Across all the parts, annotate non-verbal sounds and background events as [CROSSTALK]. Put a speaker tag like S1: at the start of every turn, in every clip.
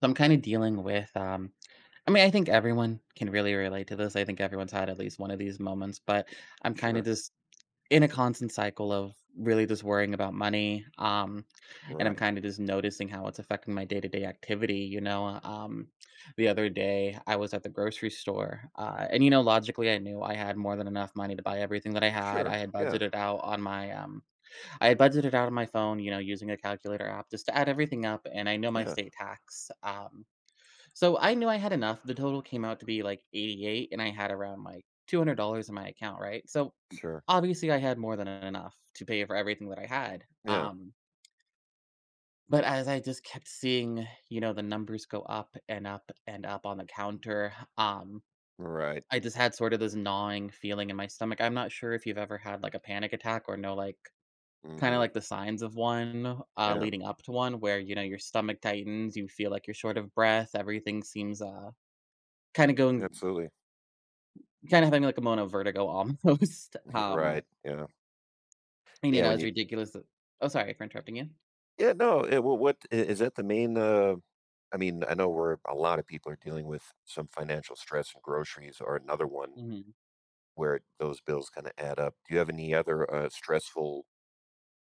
S1: So I'm kind of dealing with, I think everyone can really relate to this. I think everyone's had at least one of these moments, but I'm kind of
S2: Sure.
S1: just in a constant cycle of really just worrying about money. And I'm
S2: Right.
S1: kind of just noticing how it's affecting my day to day activity. The other day I was at the grocery store, and you know, logically, I knew I had more than enough money to buy everything that I had.
S2: Sure.
S1: I had
S2: Yeah.
S1: budgeted out on I had budgeted out on my phone, you know, using a calculator app just to add everything up. And I know my
S2: Yeah.
S1: state tax. So I knew I had enough. The total came out to be like 88 and I had around like $200 in my account, right? So
S2: Sure.
S1: obviously I had more than enough to pay for everything that I had.
S2: Yeah.
S1: But as I just kept seeing, you know, the numbers go up and up and up on the counter.
S2: Right.
S1: I just had sort of this gnawing feeling in my stomach. I'm not sure if you've ever had like a panic attack or know like kind of
S2: Mhm.
S1: like the signs of one
S2: Yeah.
S1: leading up to one where you know your stomach tightens, you feel like you're short of breath, everything seems kind of going.
S2: Absolutely.
S1: Kinda having, like, a mono vertigo almost, [LAUGHS]
S2: [LAUGHS] Right. Yeah.
S1: and, you
S2: Yeah,
S1: know,
S2: when
S1: it's
S2: you
S1: ridiculous, oh, sorry for interrupting you.
S2: Yeah, no, yeah, well, what I is that the main, I mean, I know where a lot of people are dealing with some financial stress, and groceries are another one
S1: Mhm.
S2: where those bills kinda add up. Do you have any other, stressful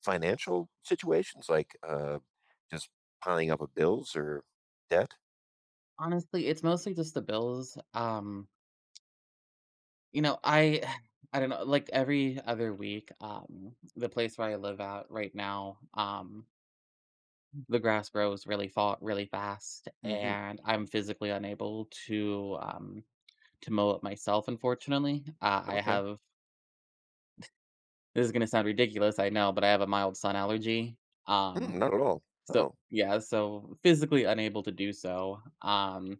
S2: financial situations, like, just piling up of bills or debt?
S1: Honestly, it's mostly just the bills, you know, I [SIGHS] I don't know, like, every other week. The place where I live at right now, the grass grows really fa really fast,
S2: Mhm.
S1: and I'm physically unable to mow it myself, unfortunately. I
S2: Okay.
S1: have, this is gonna sound ridiculous, I know, but I have a mild sun allergy, um
S2: Mm, not at all.
S1: so
S2: No.
S1: yeah, so physically unable to do so.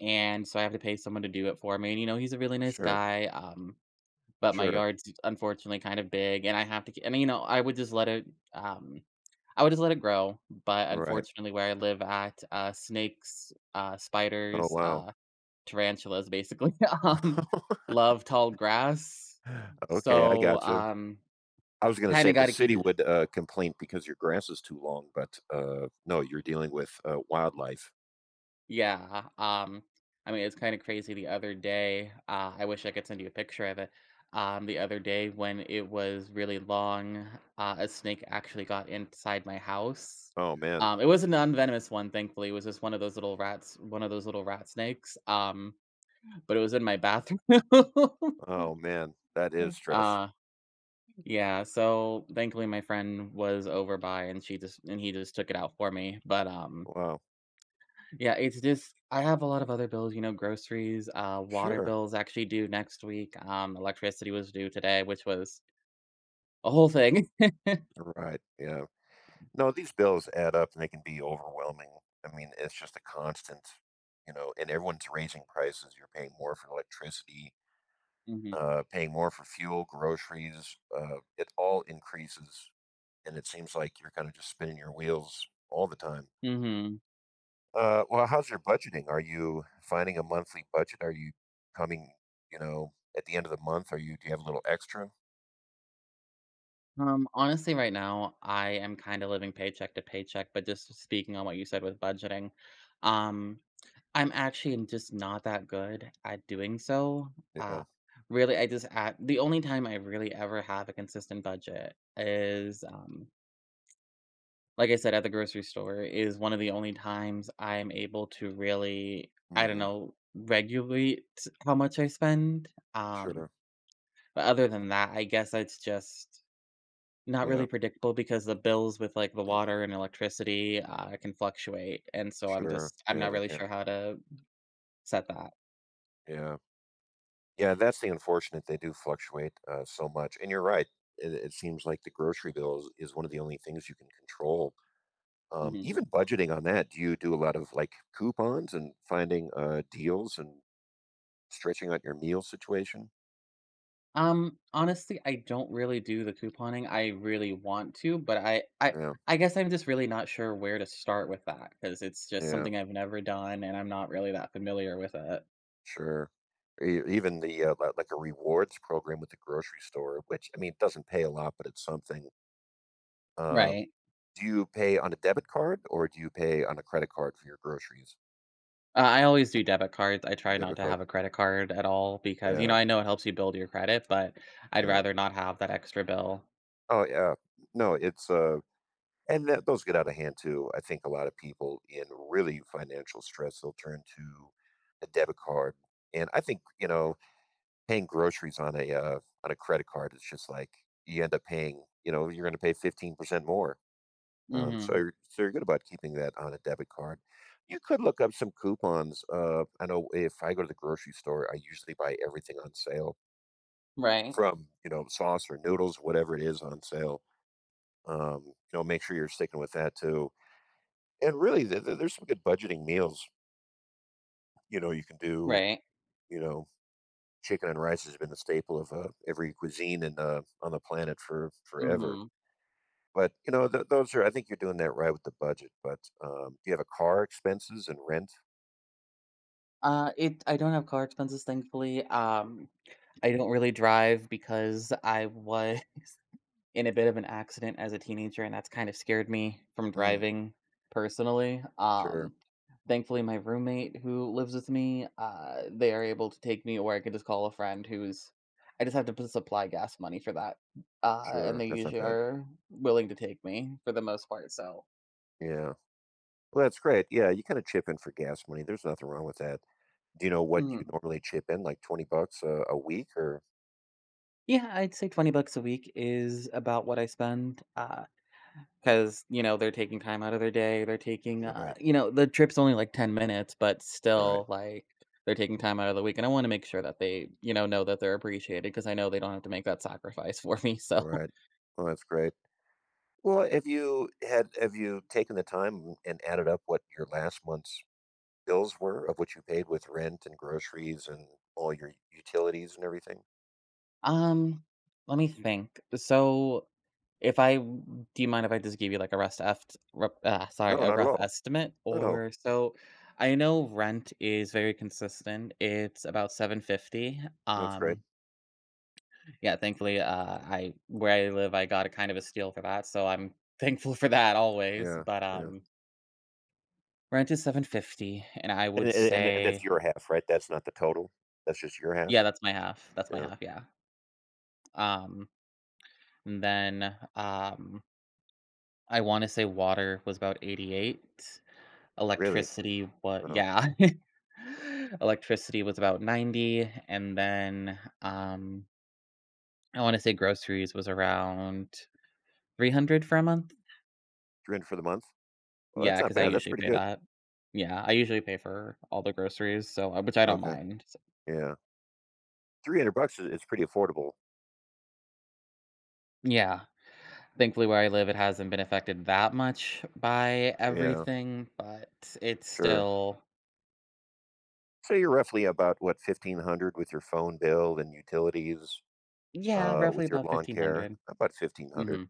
S1: And so I have to pay someone to do it for me. And you know, he's a really nice
S2: Sure.
S1: guy. But my
S2: Sure.
S1: yard's unfortunately kind of big, and I have and you know, I would just let it. Um, I would just let it grow. But
S2: Right.
S1: unfortunately, where I live at, snakes,
S2: Oh,
S1: spiders,
S2: wow.
S1: tarantulas, basically, [LAUGHS] um,
S2: [LAUGHS]
S1: love tall grass.
S2: Okay, I
S1: So
S2: gotcha.
S1: um,
S2: I was gonna
S1: kind
S2: say
S1: of
S2: the
S1: got to keep
S2: city
S1: it.
S2: would, complain because your grass is too long, but, no, you're dealing with, wildlife.
S1: Yeah, I mean, it's kinda crazy the other day, I wish I could send you a picture of it. The other day when it was really long, a snake actually got inside my house.
S2: Oh, man.
S1: It was a non-venomous one, thankfully, it was just one of those little rats one of those little rat snakes, but it was in my bathroom. [LAUGHS]
S2: Oh, man. That is stress.
S1: Uh, yeah, so, thankfully, my friend was over by, and she just and he just took it out for me, but.
S2: Wow.
S1: Yeah, it's just I have a lot of other bills, you know, groceries, water
S2: Sure.
S1: bills actually due next week. Electricity was due today, which was a whole thing.
S2: You're right, yeah. No, these bills add up, and they can be overwhelming. I mean, it's just a constant, and everyone's raising prices. You're paying more for electricity,
S1: [LAUGHS] Hmm.
S2: paying more for fuel, groceries, it all increases and it seems like you're kind of just spinning your wheels all the time.
S1: Hmm.
S2: Well, how's your budgeting? Are you finding a monthly budget? Are you coming, you know, at the end of the month? Are you do you have a little extra?
S1: Honestly, right now I am kind of living paycheck to paycheck, but just speaking on what you said with budgeting, um, I'm just not that good at doing so. Uh,
S2: Yeah.
S1: really, I just at the only time I really ever have a consistent budget is. Like I said, at the grocery store is one of the only times I'm able to really, I don't
S2: hmm
S1: know, regulate how much I spend. Um,
S2: Sure.
S1: but other than that, I guess it's just not really
S2: Yeah.
S1: predictable because the bills with like the water and electricity can fluctuate, and so
S2: Sure.
S1: I'm
S2: Yeah,
S1: not
S2: they
S1: really
S2: can.
S1: sure how to set that.
S2: Yeah. Yeah, that's the unfortunate. They do fluctuate so much, and you're right. It seems like the grocery bill is one of the only things you can control.
S1: Mhm.
S2: Even budgeting on that, do you do a lot of like coupons and finding deals and stretching out your meal situation?
S1: Honestly, I don't really do the couponing. I really want to, but I
S2: Yeah,
S1: I guess I'm just really not sure where to start with that because it's just
S2: yeah,
S1: something I've never done and I'm not really that familiar with it.
S2: sure. E even the, li like a rewards program with the grocery store, which, I mean, it doesn't pay a lot, but it's something. Um,
S1: Right.
S2: do you pay on a debit card or do you pay on a credit card for your groceries?
S1: I always do debit cards. I try not
S2: Debit
S1: to
S2: card.
S1: have a credit card at all because, you know,
S2: Yeah,
S1: I know it helps you build your credit, but I'd
S2: yeah.
S1: rather not have that extra bill.
S2: Oh, yeah. No, it's, And th those get out of hand too. I think a lot of people in really financial stress, they'll turn to a debit card. And I think, you know, paying groceries on a credit card, it's just like you end up paying, you know, you're gonna pay 15% more. Um, so
S1: Mhm.
S2: you're so you're good about keeping that on a debit card. You could look up some coupons. I know if I go to the grocery store, I usually buy everything on sale
S1: Right.
S2: from, you know, sauce or noodles, whatever it is on sale. You know, make sure you're sticking with that too. And really, there's some good budgeting meals. You know, you can do,
S1: Right.
S2: you know, chicken and rice has been a staple of every cuisine in, on the planet for forever.
S1: Mhm.
S2: But, you know, th those are I think you're doing that right with the budget, but, do you have a car expenses and rent?
S1: It I don't have car expenses, thankfully. I don't really drive because I was in a bit of an accident as a teenager, and that's kind of scared me from
S2: Mm,
S1: driving personally.
S2: sure,
S1: Thankfully, my roommate who lives with me, they are able to take me, or I can just call a friend who's. I just have to supply gas money for that, and
S2: sure,
S1: they
S2: that's not
S1: usually
S2: bad.
S1: are willing to take me for the most part. So,
S2: Yeah. Well, that's great, yeah, you kinda chip in for gas money, there's nothing wrong with that. Do you know what you
S1: mhm.
S2: normally chip in, like 20 bucks a week or
S1: Yeah, I'd say $20 a week is about what I spend. 'Cause, you know, they're taking time out of their day, they're taking,
S2: Right,
S1: you know, the trip's only, like, 10 minutes, but
S2: right,
S1: still, like, they're taking time out of the week, and I wanna make sure that they, you know that they're appreciated because I know they don't have to make that sacrifice [LAUGHS] for me, so.
S2: right.
S1: [LAUGHS]
S2: Well, that's great. Have you taken the time and added up what your last month's bills were of what you paid with rent and groceries and all your utilities and everything?
S1: um, let me think. So, if I, do you mind if I just give you, like, a rough eft rep ah,
S2: No,
S1: sorry, a
S2: not at
S1: rough
S2: all.
S1: estimate?
S2: No.
S1: Or so, I know rent is very consistent, it's about 750.
S2: That's great.
S1: um, Yeah, thankfully, I where I live, I got a kind of a steal for that, so I'm [LAUGHS] thankful for that always,
S2: Yeah, yeah.
S1: rent is 750, and I
S2: And
S1: would
S2: and and that's
S1: say,
S2: your half, right? That's not the total. That's just your
S1: yeah,
S2: half?
S1: that's my
S2: Yeah.
S1: half, yeah, um, and then, I wanna say water was about 88,
S2: Really?
S1: electricity what?
S2: Wow.
S1: Yeah. [LAUGHS] Electricity was about 90, and then, I wanna say groceries was around 300 for a month.
S2: 300 for the month? Well,
S1: Yeah,
S2: that's not
S1: because I
S2: bad. That's
S1: usually
S2: pretty
S1: pay
S2: good.
S1: that. Yeah, I usually pay for all the groceries, so, which I don't
S2: Okay.
S1: mind, s
S2: Yeah. 300 bucks is pretty affordable.
S1: Yeah. Thankfully, where I live, it hasn't been affected that much by
S2: Yeah,
S1: everything, but it's
S2: sure.
S1: still,
S2: So you're roughly about what 1,500 with your phone bill and utilities,
S1: yeah, roughly
S2: with your
S1: about
S2: lawn care,
S1: 1,500.
S2: about 1,500.
S1: Mhm,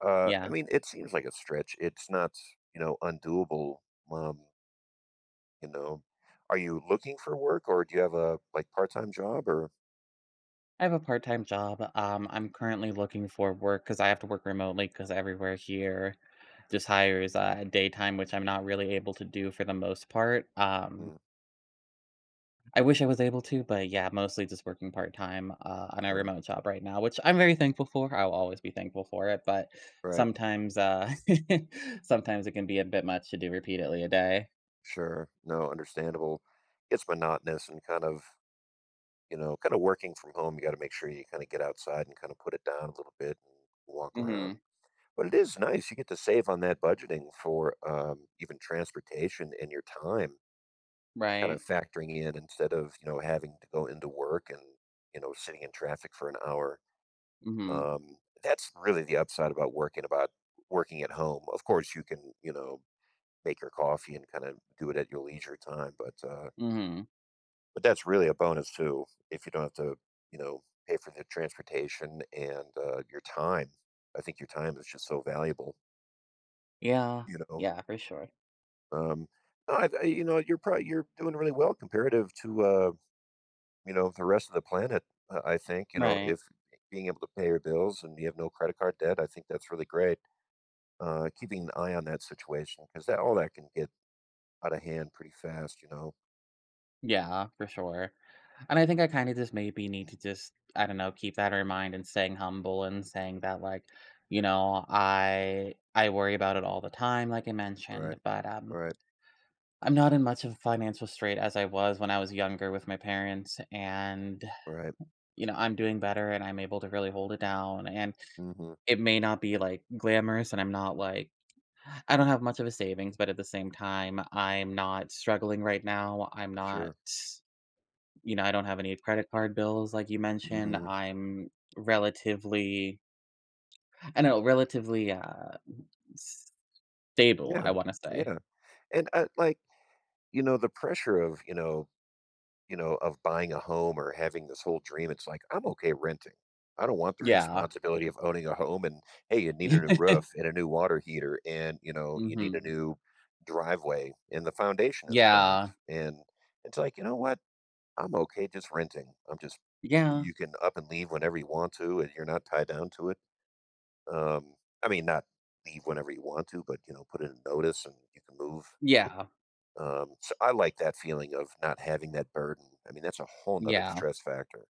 S1: yeah.
S2: I mean, it seems like a stretch. It's not, you know, undoable. Um, you know, are you looking for work or do you have a like part-time job or?
S1: I have a part-time job, I'm currently looking for work because I have to work remotely because everywhere here just hires, daytime, which I'm not really able to do for the most part,
S2: Hmm?
S1: I wish I was able to, but yeah, mostly just working part time, on a
S2: Sure.
S1: remote job right now, which I'm very thankful for. I'll always be thankful for it, but
S2: Right.
S1: sometimes, [LAUGHS] sometimes it can be a bit much to do repeatedly a day.
S2: Sure. No, understandable. It's monotonous and kind of, you know, kind of working from home. You got to make sure you kind of get outside and kind of put it down a little bit and walk around.
S1: Hmm.
S2: But it is nice. You get to save on that budgeting for even transportation and your time, kind
S1: Right.
S2: of factoring in instead of, you know, having to go into work and, you know, sitting in traffic for an hour.
S1: Hmm.
S2: Um, that's really the upside about working at home. Of course, you can, you know, make your coffee and kinda do it at your leisure time, but, uh
S1: Hmm.
S2: but that's really a bonus too, if you don't have to, you know, pay for the transportation and, your time. I think your time is just so valuable,
S1: Yeah.
S2: you know?
S1: Yeah, for sure.
S2: Um, no, I you know, you're doing really well comparative to, you know, the rest of the planet, I think, you know,
S1: Right.
S2: if being able to pay your bills and you have no credit card debt, I think that's really great. Keeping an eye on that situation because that all that can get out of hand pretty fast, you know?
S1: Yeah, for sure. And I think I kind of just maybe need to just, I don't know, keep that in mind and staying humble and saying that like, you know, I worry about it all the time, like I
S2: Right,
S1: mentioned, but
S2: right,
S1: I'm not in much of a financial strait as I was when I was younger with my parents, and,
S2: right.
S1: you know, I'm doing better and I'm able to really hold it down, and
S2: Mhm.
S1: it may not be, like, glamorous, and I'm not, like, I don't have much of a savings, but at the same time, I'm not struggling right now. I'm not,
S2: Sure.
S1: you know, I don't have any credit card bills like you mentioned.
S2: Mhm.
S1: I'm relatively I know, relatively, stable,
S2: Yeah.
S1: I wanna say.
S2: Yeah. And, like, the pressure of, of buying a home or having this whole dream, it's like, "I'm okay renting." I don't want the [LAUGHS]
S1: Yeah.
S2: responsibility of owning a home and, "Hey, you need a new
S1: [LAUGHS]
S2: roof and a new water heater and, you know, you need a
S1: Mhm.
S2: new driveway and the foundation is cracked."
S1: Yeah.
S2: And it's like, "You know what? I'm okay just renting. I'm just
S1: Yeah.
S2: You can up and leave whenever you want to, and you're not tied down to it." Um, I mean, not leave whenever you want to, but, you know, put in a notice and you can move.
S1: Yeah.
S2: So I like that feeling of not having that burden. I mean, that's a whole nother
S1: Yeah,
S2: stress factor.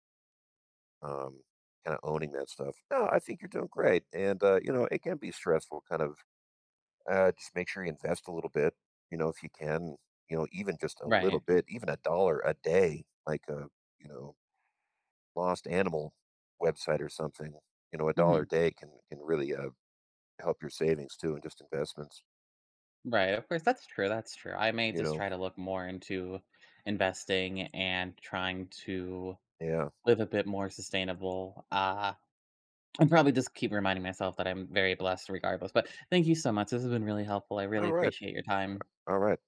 S2: Um, kind of owning that stuff. No, I think you're doing great. And, you know, it can be stressful kind of, just make sure you invest a little bit, you know, if you can, you know, even just a little
S1: right.
S2: bit, even a dollar a day, like a, you know, lost animal website or something, you know, a dollar a
S1: Mhm,
S2: day can really, help your savings too and just investments.
S1: right, of course, that's true, that's true. I may
S2: You
S1: just
S2: know?
S1: try to look more into investing and trying to
S2: Yeah.
S1: live a bit more sustainable, and probably just keep reminding myself that I'm very blessed regardless, but thank you so much, this has been really helpful, I really
S2: Alright,
S1: appreciate your time.
S2: alright.